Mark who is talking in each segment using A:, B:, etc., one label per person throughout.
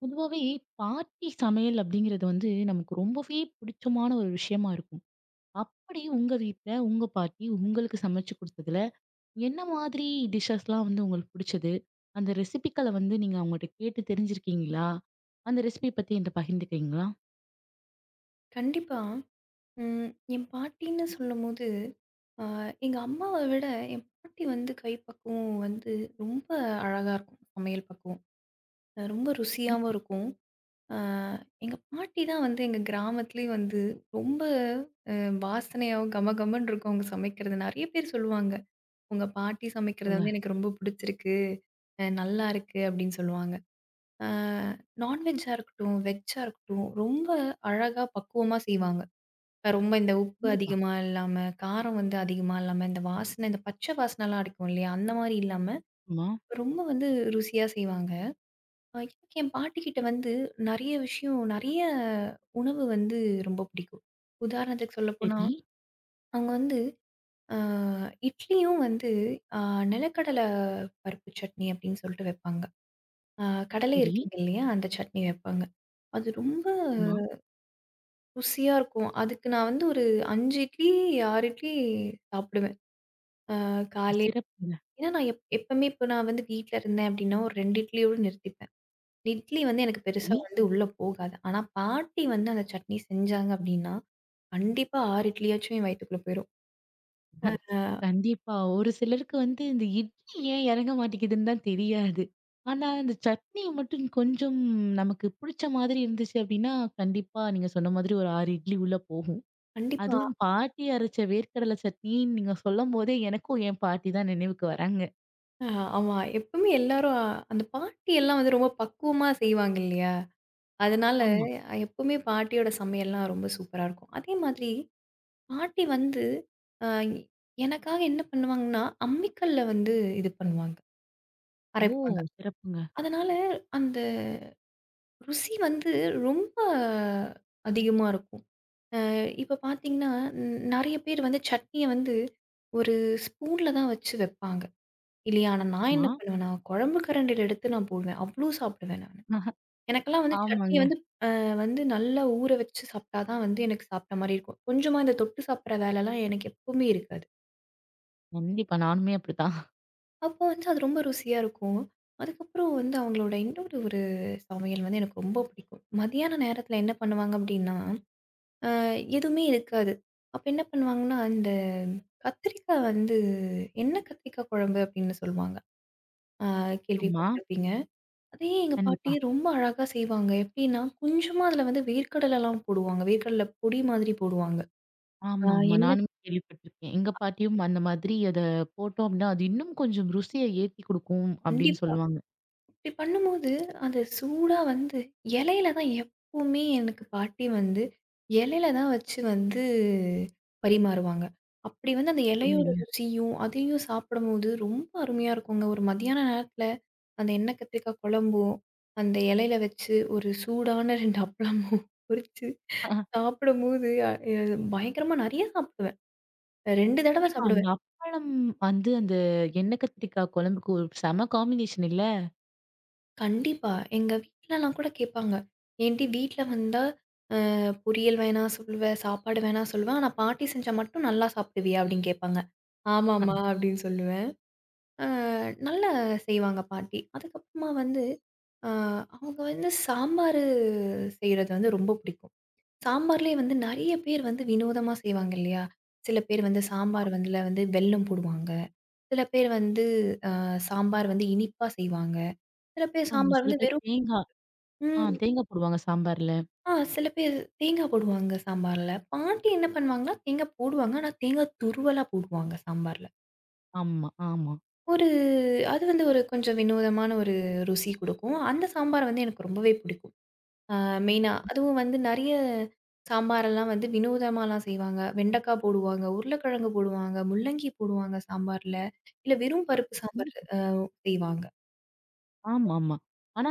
A: பொதுவாவே பாட்டி சமையல் அப்படிங்கிறது வந்து நமக்கு ரொம்பவே பிடிச்சமான ஒரு விஷயமா இருக்கும். அப்படி உங்க வீட்ல, உங்க பாட்டி உங்களுக்கு சமைச்சு குடுத்ததுல, என்ன மாதிரி டிஷ்ஷஸ்லாம் வந்து உங்களுக்கு பிடிச்சது? அந்த ரெசிபிக்கள வந்து நீங்க அவங்கட்ட கேட்டு தெரிஞ்சிருக்கீங்களா? அந்த ரெசிபி பத்தி என்ட்ட பகிர்ந்துக்கிறீங்களா?
B: கண்டிப்பா. ம். என் பாட்டின்னு சொல்லும்போது, அ எங்க அம்மாவ விட என் பாட்டி வந்து கைப்பக்குவம் வந்து ரொம்ப அழகா இருக்கும். சமையல் பக்குவம். ரொம்ப ருசியாவும்
A: கண்டிப்பா.
B: இருக்கும். அ எங்க பாட்டி தான் வந்து எங்க கிராமத்திலேயே வந்து ரொம்ப அ வாசனையாவும் கமகமன்னு இருக்கும் அவங்க சமைக்கிறது. நெறைய பேர் சொல்லுவாங்க. "உங்க பாட்டி சமைக்கிறது
A: சொல்லுங்க.
B: வந்து எனக்கு ரொம்ப பிடிச்சிருக்கு. நல்லா இருக்கு." அப்படின்னு சொல்லுவாங்க. அ நான்வெஜ்ஜா இருக்கட்டும், வெஜ்ஜா இருக்கட்டும் ரொம்ப அழகா பக்குவமா செய்வாங்க. ரொம்ப இந்த உப்பு
A: கண்டிப்பா.
B: அதிகமா இல்லாம, காரம் வந்து அதிகமா இல்லாம, இந்த வாசனை இந்த பச்சை வாசனைலாம் அடிக்கும் இல்லையா? அந்த மாரி இல்லாம,
A: ஆமா.
B: ரொம்ப வந்து ருசியா செய்வாங்க. எனக்கு என் பாட்டிக்கிட்ட வந்து நெறைய விஷயம் நெறைய உணவு வந்து ரொம்ப பிடிக்கும். உதாரணத்துக்கு சொல்லப்போனா,
A: சரி,
B: அவங்க வந்து அ இட்லியும் வந்து அ நிலக்கடல பருப்பு சட்னி அப்படின்னு சொல்லிட்டு வைப்பாங்க. அ கடலை
A: சரி.
B: இருக்குங்க இல்லையா? அந்த சட்னி வைப்பாங்க. அது ரொம்ப
A: ஆமா.
B: ருசியா இருக்கும். அதுக்கு நான் வந்து ஒரு 5 இட்லி, 6 இட்லி சாப்பிடுவேன். காலை
A: சிறப்புங்க.
B: ஏன்னா நான் எப்பவுமே இப்ப நான் வந்து வீட்ல இருந்தேன் அப்படின்னா, ஒரு 2 இட்லியோட நிறுத்திப்பேன். இட்லி வந்து எனக்கு பெருசா
A: சரி.
B: வந்து உள்ள போகாது. ஆனா பாட்டி வந்து அந்த சட்னி செஞ்சாங்க அப்படின்னா, கண்டிப்பா 6 இட்லியாச்சும் என் வயித்துக்குள்ள போயிரும். அ
A: கண்டிப்பா. ஒரு சிலருக்கு வந்து இந்த இட்லி ஏன் இறங்க மாட்டேங்குதுன்னு தான் தெரியாது. ஆனா, இந்த சட்னி மட்டும் கொஞ்சம் நமக்கு புடிச்ச மாதிரி இருந்துச்சு அப்டின்னா, கண்டிப்பா நீங்க சொன்ன மாதிரி ஒரு 6 இட்லி உள்ள போகும்.
B: கண்டிப்பா.
A: அதுவும் பாட்டி அரைச்ச வேர்க்கடலை சட்னின்னு நீங்க சொல்லும்போதே எனக்கும் என் பாட்டி தான் நினைவுக்கு வராங்க.
B: அ ஆமா. எப்பவுமே எல்லாரும் அந்த பாட்டி எல்லாம் வந்து ரொம்ப பக்குவமா செய்வாங்க இல்லையா? அதனால
A: ஆமா.
B: எப்பவுமே பாட்டியோட சமையல்லாம் ரொம்ப சூப்பரா இருக்கும். அதே மாதிரி பாட்டி வந்து அ எனக்காக என்ன பண்ணுவாங்கன்னா, அம்மிக்கல்ல வந்து இது பண்ணுவாங்க,
A: ஓ!
B: அரைப்பாங்க.
A: சிறப்புங்க.
B: அதனால அந்த ருசி வந்து ரொம்ப அதிகமா இருக்கும். அ இப்ப பார்த்தீங்கன்னா, நெறைய பேர் வந்து சட்னிய வந்து ஒரு ஸ்பூன்ல தான் வச்சு வைப்பாங்க. இல்லையா? ஆனா நான்
A: ஆமா.
B: என்ன பண்ணுவேன்னா, குழம்பு கரண்டில எடுத்து நான் போடுவேன். அவ்ளோ சாப்பிடுவேன் நானு. எனக்கெல்லாம் வந்து சட்னி
A: ஆமாங்க.
B: வந்து அ வந்து நல்லா ஊற வச்சு சாப்பிட்டா தான் வந்து எனக்கு சாப்பிட்ட மாரி இருக்கும். கொஞ்சமா இந்த தொட்டு சாப்பிடுற வேலைலாம் எனக்கு எப்பவுமே இருக்காது.
A: கண்டிப்பா. நானுமே அப்படித்தான்.
B: அப்போ வந்து அது ரொம்ப ருசியா இருக்கும். அதுக்கப்புறம் வந்து அவங்களோட இன்னொரு ஒரு சமையல் வந்து எனக்கு ரொம்ப பிடிக்கும். மதியான நேரத்தில என்ன பண்ணுவாங்க அப்படின்னா எதுவுமே இருக்காது. அப்ப என்ன பண்ணுவாங்கன்னா, இந்த கத்திரிக்காய் வந்து எண்ணெ கத்திரிக்காய் குழம்பு அப்படின்னு சொல்லுவாங்க. அ
A: ஆமா.
B: கேள்விப்பட்டிருப்பீங்க. அதையே எங்க பாட்டி
A: கண்டிப்பா.
B: ரொம்ப அழகா செய்வாங்க. எப்படின்னா, கொஞ்சமா அதில வந்து வேர்க்கடலைலாம் போடுவாங்க. வேர்க்கடலை பொடி மாதிரி போடுவாங்க. அ
A: ஆமாமா.
B: எண்ணெய்.
A: நானுமே கேள்விப்பட்டுருக்கேன். எங்க பாட்டியும் அந்த மாதிரி அத போட்டோம் அப்படின்னா, அது இன்னும் கொஞ்சம் ருசிய ஏத்தி குடுக்கும் அப்படின்னு
B: கண்டிப்பா.
A: சொல்லுவாங்க.
B: இப்டி பண்ணும்போது, அது சூடா வந்து இலையில தான் எப்பவுமே எனக்கு பாட்டி வந்து இலையில தான் வச்சு வந்து பரிமாறுவாங்க. அப்படி வந்து அந்த இலையோட
A: அருமைங்க.
B: ருசியும், அதையும் சாப்பிடும்போது ரொம்ப அருமையா இருக்குங்க. ஒரு மதியான நேரத்தில அந்த எண்ணெய் கத்திரிக்காய் குழம்பும், அந்த இலையில வச்சு ஒரு சூடான 2 அப்பளமும் பொரிச்சு
A: ஆஹ.
B: சாப்பிடும்போது அ அ- பயங்கரமா நெறைய சாப்பிடுவேன். 2 தடவ
A: கண்டிப்பா. அந்த
B: சாப்பிடுவேன்.
A: அப்பளம் வந்து அந்த எண்ணெய் கத்திரிக்காய் குழம்புக்கு ஒரு செம காம்பினேஷன் இல்ல?
B: கண்டிப்பா. எங்க வீட்லலாம் கூட கேட்பாங்க, "ஏன்டி வீட்ல வந்தா பொரியல் வேணா சொல்லுவேன், சாப்பாடு வேணா சொல்லுவேன். ஆனா பாட்டி செஞ்சா மட்டும் நல்லா சாப்பிடுவியா? அப்படின்னு கேட்பாங்க. ஆமாம்மா அப்படின்னு சொல்லுவேன். அ நல்லா செய்வாங்க பாட்டி. அதுக்கப்புறமா வந்து அ அவங்க வந்து சாம்பாரு செய்றது வந்து ரொம்ப பிடிக்கும். சாம்பார்லேயே வந்து நெறைய பேர் வந்து வினோதமா செய்வாங்க இல்லையா? சில பேர் வந்து சாம்பார் வந்துல வந்து வெல்லம் போடுவாங்க. சில பேர் வந்து அ சாம்பார் வந்து இனிப்பா செய்வாங்க. சில பேர்
A: ஆமா.
B: சாம்பார்
A: சில
B: வந்து
A: பேர்
B: வெறும்.
A: தேங்கா ஆ
B: ம்.
A: தேங்கா போடுவாங்க சாம்பார்ல.
B: ஆ. சில பேர் தேங்காய் போடுவாங்க சாம்பார்ல. பாட்டி என்ன பண்ணுவாங்கன்னா, தேங்காய் போடுவாங்க. ஆனா தேங்காய் துருவலா போடுவாங்க சாம்பார்ல.
A: ஆமா, ஆமா.
B: ஒரு அது வந்து ஒரு கொஞ்சம் வினோதமான ஒரு ருசி குடுக்கும். அந்த சாம்பார் வந்து எனக்கு ரொம்பவே பிடிக்கும். ஆ. மெயினா அதுவும் வந்து நெறைய சாம்பாரெல்லாம் வந்து வினோதமாலாம் செய்வாங்க. வெண்டைக்காய் போடுவாங்க, உருளைக்கிழங்கு போடுவாங்க, முள்ளங்கி போடுவாங்க சாம்பார்ல. இல்ல வெறும் பருப்பு
A: ம்.
B: சாம்பார் செய்வாங்க.
A: ஆமாமா. ஆனா,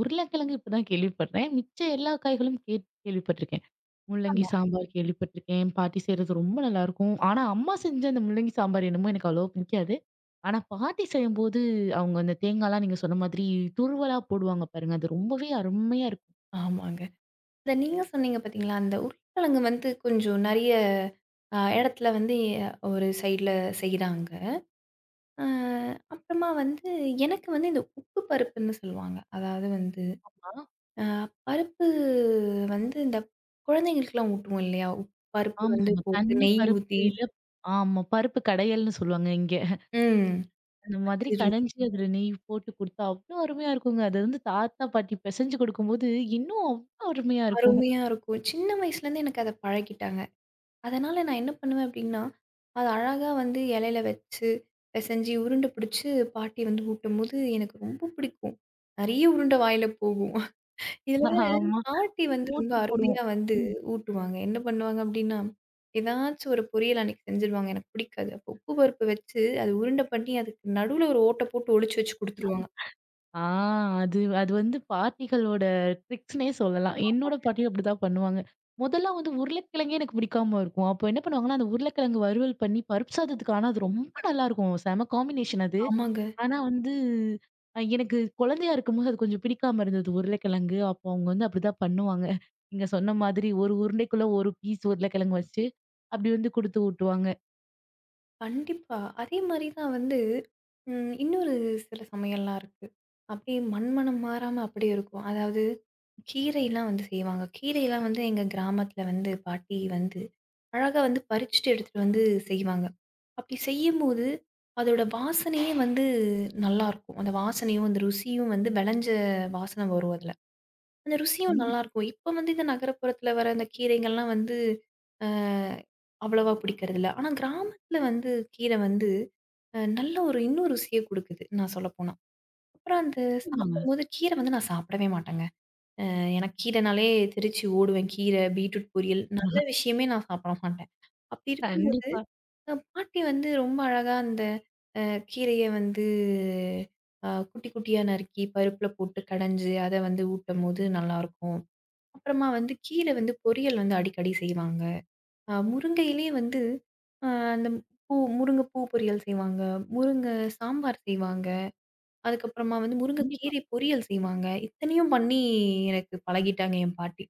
A: உருளைக்கிழங்கு இப்ப தான் கேள்விப்படுறேன். மிச்ச எல்லா காய்களும் கேள்விப்பட்டுருக்கேன். முள்ளங்கி
B: ஆமா,
A: சாம்பார் கேள்விப்பட்டிருக்கேன். என் பாட்டி செய்றது ரொம்ப நல்லாயிருக்கும். ஆனா, அம்மா செஞ்ச அந்த முள்ளங்கி சாம்பார் என்னமோ எனக்கு அவ்வளவா பிடிக்காது. ஆனா, பாட்டி செய்யும்போது அவங்க அந்த தேங்காய்லாம் நீங்க சொன்ன மாதிரி துருவலா போடுவாங்க பாருங்க. அது ரொம்பவே அருமையா
B: ஆமாங்க. இந்த நீங்க சொன்னீங்க பார்த்தீங்களா, அந்த உருளைக்கிழங்கு வந்து கொஞ்சம் நெறைய இடத்துல வந்து ஒரு சைடுல செய்றாங்க. அ அப்புறமா வந்து எனக்கு வந்து இந்த உப்பு பருப்புன்னு சொல்லுவாங்க. அதாவது வந்து
A: இருக்கும்மா.
B: அ பருப்பு வந்து இந்த குழந்தைங்களுக்குலாம் ஊட்டுவோம் இல்லையா? பருப்பு
A: ஆமா,
B: வந்து
A: ஆமா.
B: போட்டு
A: தண்ணி
B: நெய்
A: பருப்பு
B: ஊத்தி.
A: இல்ல ஆமா. பருப்பு கடையல்னு சொல்லுவாங்க இங்க.
B: ம்.
A: அந்த மாதிரி
B: சரி.
A: கடைஞ்சு அதில நெய் போட்டு குடுத்தா அவ்ளோ அருமையா இருக்குங்க. அது வந்து தாத்தா, பாட்டி பெசஞ்சு குடுக்கும்போது இன்னும் அவ்ளோ அருமையா இருக்கும்.
B: அருமையா இருக்கும். சின்ன வயசுலேருந்து எனக்கு அத பழக்கிட்டாங்க. அதனால நான் என்ன பண்ணுவேன் அப்டின்னா, அத அழகா வந்து இலையில வச்சு, பெசஞ்சு உருண்ட பிடிச்சு பாட்டி வந்து ஊட்டும்போது எனக்கு ரொம்ப பிடிக்கும். நெறைய உருண்ட வாயில போகும். இதுல
A: ஆமா.
B: பாட்டி வந்து ரொம்ப
A: போட்டி போடுவோம்.
B: அருமையா வந்து
A: ம்.
B: ஊட்டுவாங்க. என்ன பண்ணுவாங்க அப்டின்னா, ஏதாச்சும் ஒரு பொரியல் அன்னைக்கு செஞ்சுருவாங்க. எனக்கு பிடிக்காது. அப்போ உப்பு பருப்பு வச்சு, அது உருண்ட பண்ணி அதுக்கு நடுவுல ஒரு ஓட்ட போட்டு ஒளிச்சு வச்சு குடுத்துருவாங்க.
A: ஆ அது அது வந்து பாட்டிகளோட ட்ரிக்ஸ்னே சொல்லலாம். என்னோட
B: ஆமாங்க.
A: பாட்டியும் அப்படிதான் பண்ணுவாங்க. முதல்ல வந்து உருளைக்கிழங்கே எனக்கு பிடிக்காம இருக்கும். அப்போ என்ன பண்ணுவாங்கன்னா, அந்த உருளைக்கிழங்கு வறுவல் பண்ணி பருப்பு சாதத்துக்கு ஆனா அது ரொம்ப நல்லாருக்கும். செம காம்பினேஷன் அது.
B: ஆமாங்க.
A: ஆனா வந்து எனக்கு குழந்தையா இருக்கும்போது அது கொஞ்சம் பிடிக்காம இருந்தது உருளைக்கிழங்கு. அப்போ அவங்க வந்து அப்படிதான் பண்ணுவாங்க. நீங்க சொன்ன மாதிரி ஒரு உருண்டைக்குள்ள ஒரு பீஸ் உருளைக்கிழங்கு வச்சு, அப்படி வந்து குடுத்து ஊட்டுவாங்க.
B: கண்டிப்பா. அதே மாரி தான் வந்து இன்னொரு சில சமையல்லாம் இருக்கு. அப்படியே மண் மனம் மாறாம அப்படியே இருக்கும். அதாவது கீரைலாம் வந்து செய்வாங்க. கீரைலாம் வந்து எங்க கிராமத்தில வந்து பாட்டி வந்து அழகா வந்து பறிச்சுட்டு எடுத்துட்டு வந்து செய்வாங்க. அப்படி செய்யும்போது அதோட வாசனையே வந்து நல்லாருக்கும். அந்த வாசனையும், அந்த ருசியும் வந்து வெளஞ்ச வாசனை வரும் அதுல. அந்த ருசியும் நல்லாருக்கும். இப்ப வந்து இந்த நகரப்புறத்துல வர அந்த கீரைகள்லாம் வந்து அ அவ்வளவா பிடிக்கிறதில்ல. ஆனா கிராமத்துல வந்து கீரை வந்து நல்ல ஒரு இன்னும் ருசிய குடுக்குது, நான் சொல்லப்போனா. அப்புறம் அந்த
A: கண்டிப்பாங்க.
B: சாப்பிடும்போது கீரை வந்து நான் சாப்பிடவே மாட்டேங்க. எனக்கு கீரைனாலே தெரிச்சு ஓடுவேன். கீரை, பீட்ரூட் பொரியல் நல்ல விஷயமே நான் சாப்பிட மாட்டேன். அப்படி இருக்கும்
A: கண்டிப்பா,
B: பாட்டி வந்து ரொம்ப அழகா அந்த கீரைய வந்து குட்டி குட்டியா நறுக்கி, பருப்புல போட்டு கடைஞ்சு, அத வந்து ஊட்டும்போது நல்லாருக்கும். அப்புறமா வந்து கீர வந்து பொரியல் வந்து அடிக்கடி செய்வாங்க. முருங்கையிலேயே வந்து அ அந்த பூ முருங்க பூ பொரியல் செய்வாங்க. முருங்க சாம்பார் செய்வாங்க. அதுக்கப்புறமா வந்து முருங்க
A: கண்டிப்பா.
B: கீரை பொரியல் செய்வாங்க. இத்தனையும் பண்ணி எனக்கு பழகிட்டாங்க என் பாட்டி.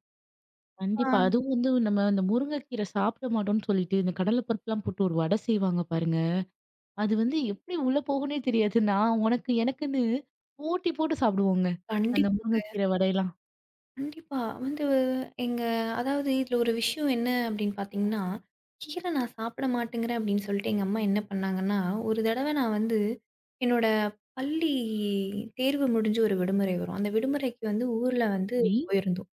B: ஆ.
A: கண்டிப்பா. அதுவும் வந்து நம்ம அந்த முருங்கைக்கீரை சாப்பிட மாட்டோம்ன்னு சொல்லிட்டு, இந்த கடலை பருப்புலாம் போட்டு ஒரு வடை செய்வாங்க பாருங்க. அது வந்து எப்படி உள்ள போகும்னே தெரியாது. நான் உனக்கு எனக்குன்னு போட்டி போட்டு சாப்பிடுவோங்க. அந்த
B: கண்டிப்பா.
A: முருங்கைக்கீரை வடையெல்லாம்.
B: கண்டிப்பா. வந்து எங்க அதாவது இதில ஒரு விஷயம் என்ன அப்படின்னு பார்த்தீங்கன்னா, கீரை நான் சாப்பிட மாட்டேங்கிறேன் அப்படின்னு சொல்லிட்டு எங்க அம்மா என்ன பண்ணாங்கன்னா, ஒரு தடவ நான் வந்து என்னோட பள்ளி தேர்வு முடிஞ்சு ஒரு விடுமுறை வரும். அந்த விடுமுறைக்கு வந்து ஊர்ல வந்து
A: சரி.
B: போயிருந்தோம்.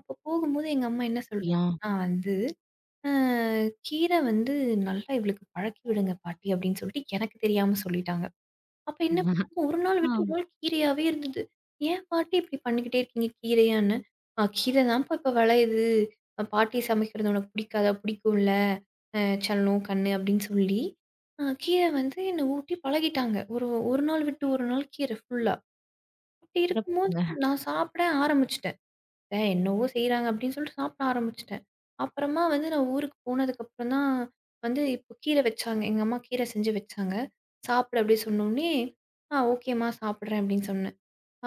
B: அப்போ போகும்போது எங்க அம்மா என்ன
A: யா.
B: சொல்ட்டாங்கன்னா வந்து, "அ கீரை வந்து நல்லா இவளுக்கு பழக்கி விடுங்க பாட்டி" அப்படின்னு சொல்லிட்டு எனக்கு தெரியாம சொல்லிட்டாங்க. அப்ப என்ன பண்ணாங்க, ஒரு நாள் விட்டு ஒரு
A: ஆ.
B: நாள் கீரையாவே இருந்தது. "ஏன் பாட்டி இப்படி பண்ணிக்கிட்டே இருக்கீங்க கீரையான்னு?" கீரை தான்ப்பா இப்ப விளையுது. பாட்டி சமைக்கிறது உனக்கு பிடிக்காதா? பிடிக்கும்ல. அ சல்லம், கண்ணு" அப்படின்னு சொல்லி, கீரை வந்து என்ன ஊட்டி பழகிட்டாங்க. ஒரு ஒரு நாள் விட்டு ஒரு நாள் கீரை ஃபுல்லா. அப்படி இருக்கும்போது
A: சிறப்புங்க.
B: நான் சாப்பிட ஆரம்பிச்சுட்டேன். "ஏ என்னவோ செய்றாங்க" அப்படின்னு சொல்லிட்டு சாப்பிட ஆரம்பிச்சுட்டேன். அப்புறமா வந்து நான் ஊருக்கு போனதுக்கப்புறம் தான் வந்து இப்போ கீரை வச்சாங்க. எங்க அம்மா கீரை செஞ்சு வச்சாங்க. "சாப்பிடு" அப்படி சொன்னோனே, "ஆ ஓகேம்மா சாப்பிடுறேன்" அப்படின்னு சொன்னேன்.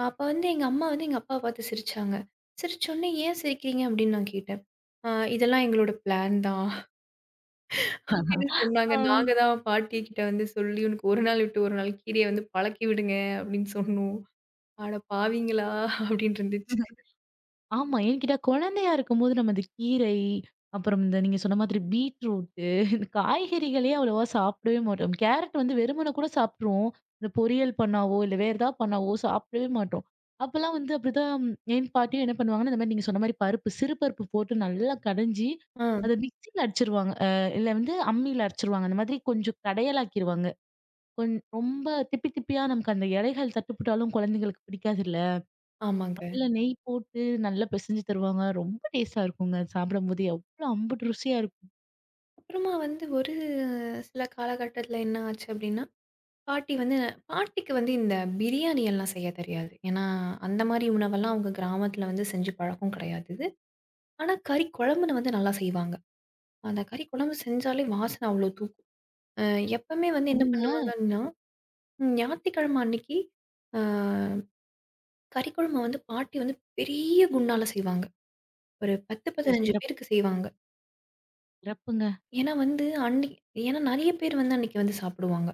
B: அப்ப வந்து எங்க அம்மா வந்து எங்க அப்பாவ பார்த்து சிரிச்சாங்க. சிரிச்சோனே, "ஏன் சிரிக்கிறீங்க?" அப்படின்னு நான் கேட்டேன். "ஆ இதெல்லாம் எங்களோட பிளான் தான்" அப்படின்னு சொன்னாங்க.
A: ஆ.
B: "நாங்க தான் பாட்டி கிட்ட வந்து சொல்லி, உனக்கு ஒரு நாள் விட்டு ஒரு நாள் கீரைய வந்து பழக்கி விடுங்க" அப்படின்னு சொன்னோம். அட பாவிங்களா! அப்படின்னு இருந்துச்சு.
A: ஆமா. ஏன்னு கேட்டா, குழந்தையா இருக்கும்போது நம்ம இந்த கீரை, அப்புறம் இந்த நீங்க சொன்ன மாதிரி பீட்ரூட்டு, இந்த காய்கறிகளே அவ்வளவா சாப்பிடவே மாட்டோம். கேரட் வந்து வெறுமன கூட சாப்பிட்ருவோம். இந்த பொரியல் பண்ணாவோ, இல்ல வேற ஏதாவது பண்ணாவோ சாப்பிடவே மாட்டோம். அப்பலாம் வந்து அப்படிதான் என் பாட்டியும் என்ன பண்ணுவாங்கன்னா, இந்த மாரி நீங்க சொன்ன மாரி பருப்பு, சிறு பருப்பு போட்டு நல்லா கடைஞ்சு,
B: ஆ,
A: அத மிக்ஸில அடிச்சிருவாங்க. இல்ல வந்து அம்மியில அரைச்சிருவாங்க. அந்த மாதிரி கொஞ்சம் கடையலாக்கிருவாங்க. ரொம்ப திப்பி திப்பியா நமக்கு அந்த இலைகள் தட்டுப்பட்டாலும் குழந்தைங்களுக்கு பிடிக்காதுல்ல.
B: ஆமாங்க.
A: அதுல நெய் போட்டு நல்லா பிசைஞ்சு தருவாங்க. ரொம்ப டேஸ்ட்டா இருக்குங்க. சாப்பிடும்போது எவ்ளோ அம்புட்டு ருசியா இருக்கும்.
B: அப்புறமா வந்து ஒரு சில காலகட்டத்தில என்ன ஆச்சு அப்படின்னா, பாட்டி வந்து பாட்டிக்கு வந்து இந்த பிரியாணி எல்லாம் செய்ய தெரியாது. ஏன்னா, அந்த மாரி உணவெல்லாம் அவங்க கிராமத்தில வந்து செஞ்சு பழக்கம் கிடையாது. ஆனா, கறி குழம்புன்னு வந்து நல்லா செய்வாங்க. அந்த கறி குழம்பு செஞ்சாலே வாசனை அவ்வளோ தூக்கும். அ எப்பவுமே வந்து என்ன
A: அவங்க
B: பண்ணுவாங்கன்னா, ஞாயித்துக்கிழமை அன்னைக்கு அ கறி குழம்ப வந்து பாட்டி வந்து பெரிய குண்டான்ல செய்வாங்க. ஒரு 10,
A: ஓ!
B: 15
A: சிறப்பு,
B: பேருக்கு செய்வாங்க.
A: சிறப்புங்க.
B: ஏன்னா வந்து அன்னைக்கு ஏன்னா நெறைய பேர் வந்து அன்னைக்கு வந்து சாப்பிடுவாங்க.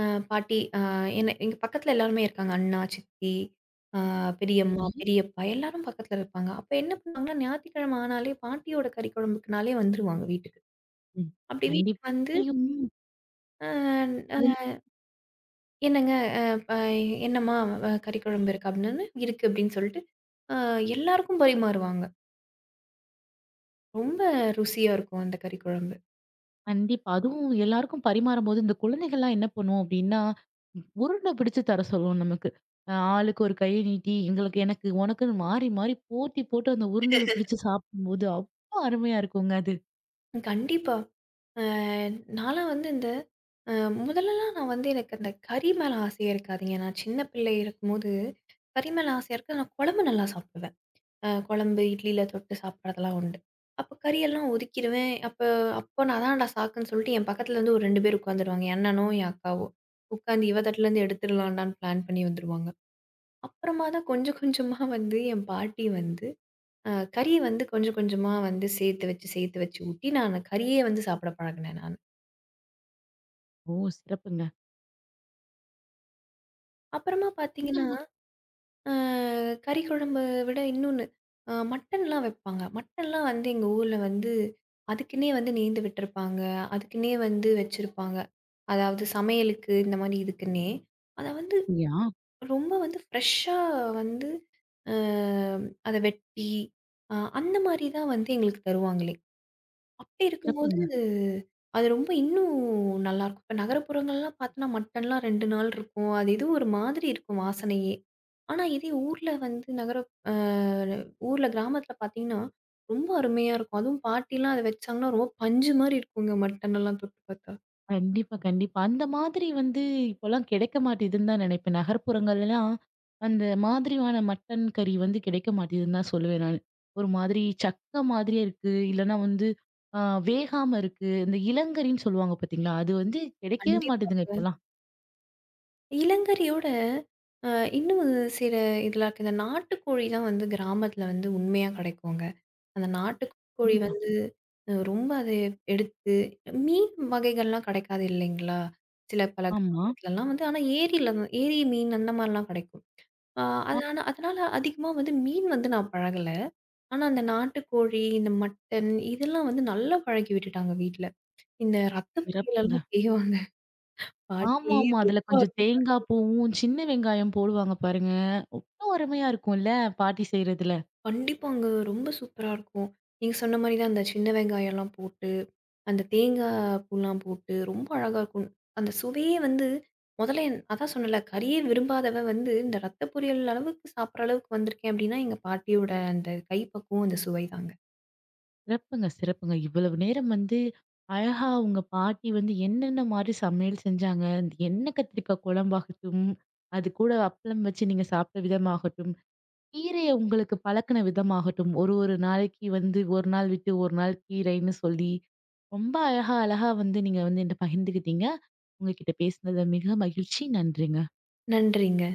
B: அ பாட்டி என்ன எங்க பக்கத்துல எல்லாருமே இருக்காங்க. அண்ணா, சித்தி, அ பெரியம்மா,
A: சரி.
B: பெரியப்பா எல்லாரும் பக்கத்துல இருப்பாங்க. அப்ப என்ன பண்ணுவாங்கன்னா, ஞாயித்துக்கிழமை ஆனாலே பாட்டியோட கறி குழம்புக்குனாலே வந்துருவாங்க வீட்டுக்கு.
A: ம்.
B: அப்படி வீட்டுக்கு
A: கண்டிப்பா.
B: வந்து,
A: அதுலயும்
B: அ
A: அதுல
B: அ "என்னங்க, அ ப என்னம்மா, கறி குழம்பு இருக்கா?" அப்படின்னோனே, "இருக்கு" அப்படின்னு சொல்லிட்டு, அ எல்லாருக்கும் பரிமாறுவாங்க. ரொம்ப ருசியா இருக்கும் அந்த கறி குழம்பு.
A: கண்டிப்பா. அதுவும் எல்லாருக்கும் பரிமாறும்போது, இந்த குழந்தைகள்லாம் என்ன பண்ணும் அப்டின்னா, உருண்டை பிடிச்சு தர சொல்லும் நமக்கு. ஆளுக்கு ஒரு கைய நீட்டி, எங்களுக்கு எனக்கு உனக்குன்னு மாறி, மாறி போட்டி போட்டு அந்த உருண்டைய பிடிச்சு சாப்பிடும்போது, அவ்ளோ அருமையா இருக்குங்க அது.
B: கண்டிப்பா. அ நான்லாம் வந்து இந்த அ முதல்லலாம் நான் வந்து எனக்கு அந்த கறி மேல ஆசையே இருக்காதுங்க. நான் சின்ன பிள்ளை இருக்கும்போது, கறி மேல ஆசையா இருக்கு. நான் குழம்பு நல்லா சாப்பிடுவேன். குழம்பு இட்லியில தொட்டு சாப்பிடுறதெல்லாம் உண்டு. அப்போ கறியெல்லாம் ஒதுக்கிருவேன். அப்போ நான் தான்டா சாக்குன்னு சொல்லிட்டு என் பக்கத்துல வந்து ஒரு 2 பேர் உட்காந்துருவாங்க. என் அண்ணனோ, என் அக்காவோ. உட்காந்து இவ தட்டுலேருந்து எடுத்துடலாம்டான்னு பிளான் பண்ணி வந்துருவாங்க. அப்புறமா தான் கொஞ்சம் கொஞ்சமா வந்து என் பாட்டி வந்து கறி வந்து கொஞ்சம் கொஞ்சமா வந்து சேர்த்து வச்சு சேர்த்து வச்சு ஊட்டி நான் கறியே வந்து சாப்பிட பழகுனேன் நானு.
A: ஓ! சிறப்புங்க.
B: அப்புறமா
A: இந்த
B: பார்த்தீங்கன்னா,
A: மா
B: அ கறி குழம்ப விட இன்னொன்னு, மட்டன்லாம் வைப்பாங்க. மட்டன்லாம் வந்து எங்க ஊர்ல வந்து அதுக்குன்னே வந்து நேந்து விட்டுருப்பாங்க. அதுக்குன்னே வந்து வச்சிருப்பாங்க. அதாவது சமையலுக்கு இந்த மாரி இதுக்குன்னே. அத வந்து
A: அப்படியா?
B: ரொம்ப வந்து ஃப்ரெஷ்ஷா வந்து அ அத வெட்டி, அந்த மாரி தான் வந்து எங்களுக்கு தருவாங்களே! அப்படி இருக்கும்போது,
A: சிறப்புங்க.
B: அது ரொம்ப இன்னும் நல்லாயிருக்கும். இப்ப நகரப்புறங்கள்லாம் பார்த்தோன்னா, மட்டன்லாம் 2 நாள் இருக்கும். அது ஏதோ ஒரு மாதிரி இருக்கும் வாசனையே. ஆனா இதே ஊர்ல வந்து நகர அ ஊர்ல கிராமத்தில பார்த்தீங்கன்னா, ரொம்ப அருமையா இருக்கும். அதுவும் பாட்டிலாம் அத வச்சாங்கன்னா, ரொம்ப பஞ்சு மாரி இருக்குங்க மட்டனெல்லாம் தொட்டு பார்த்தா.
A: கண்டிப்பா, கண்டிப்பா. அந்த மாதிரி வந்து இப்போலாம் கிடைக்க மாட்டேதுன்னு தான் நினைப்பேன். நகர்ப்புறங்கள்லாம் அந்த மாதிரியான மட்டன் கறி வந்து கிடைக்க மாட்டேதுன்னு தான் சொல்லுவேன் நானு. ஒரு மாதிரி சக்க மாதிரியே இருக்கு. இல்லன்னா வந்து அ வேகாம இருக்கு. இந்த இளங்கரின்னு சொல்லுவாங்க பார்த்தீங்களா? அது வந்து கிடைக்கவே
B: கண்டிப்பா.
A: மாட்டேதுங்க இப்போலாம்.
B: இளங்கரியோட அ இன்னும் ஒரு சில இதெல்லாம் இருக்கு. இந்த நாட்டுக்கோழிலாம் வந்து கிராமத்தில வந்து உண்மையா கிடைக்குங்க. அந்த நாட்டுக்கோழி
A: கண்டிப்பா.
B: வந்து ரொம்ப அத எடுத்து மீன் வகைகள்லாம் கிடைக்காது இல்லைங்களா? சில பல
A: ஆமா.
B: கிராமத்துலலாம் வந்து ஆனா ஏரியில தான் ஏரி மீன் அந்த மாரிலாம் கிடைக்கும். அ
A: ஆ,
B: அதனால அதனால அதிகமா வந்து மீன் வந்து நான் பழகல. ஆனா அந்த நாட்டுக்கோழி, இந்த மட்டன் இதெல்லாம் வந்து நல்லா பழக்கி விட்டுட்டாங்க வீட்ல. இந்த ரத்த
A: சிறப்புங்க.
B: பொரியலெல்லாம் செய்வாங்க. பாட்டி
A: ஆமாமா.
B: ரொம்ப
A: அதுல கொஞ்சம்
B: அருமையா
A: தேங்காய் பூவும், சின்ன வெங்காயம் போடுவாங்க பாருங்க. அவ்ளோ அருமையா இருக்கும்ல! பாட்டி செய்றதுல.
B: கண்டிப்பாங்க. ரொம்ப சூப்பரா இருக்கும். நீங்க சொன்ன மாரி தான் அந்த சின்ன வெங்காயம்லாம் போட்டு, அந்த தேங்கா பூலாம் போட்டு ரொம்ப அழகா இருக்கும். அந்த சுவையே வந்து முதல்ல என் அதான் சொன்னேன்ல, கறியே விரும்பாதவ வந்து இந்த ரத்த பொரியல் அளவுக்கு சாப்பிடுற அளவுக்கு வந்திருக்கேன் அப்படின்னா, எங்க பாட்டியோட அந்த கைப்பக்குவம், அந்த சுவை தாங்க.
A: சிறப்புங்க, சிறப்புங்க. இவ்வளவு நேரம் வந்து அழகா உங்க பாட்டி வந்து என்னென்ன மாரி சமையல் செஞ்சாங்க? எண்ணெ கத்திரிக்காய் குழம்பாகட்டும், அது கூட அப்பளம் வச்சு நீங்க சாப்பிட்ட விதமாகட்டும், கீரைய உங்களுக்கு பழக்குன விதமாகட்டும், ஒரு ஒரு நாளைக்கு வந்து 1 நாள் விட்டு 1 நாள் கீரைன்னு சொல்லி, ரொம்ப அழகா, அழகா வந்து நீங்க வந்து என்ட்ட பகிர்ந்துக்கிட்டீங்க. உங்ககிட்ட பேசினதுல மிக மகிழ்ச்சி. நன்றிங்க.
B: நன்றிங்க.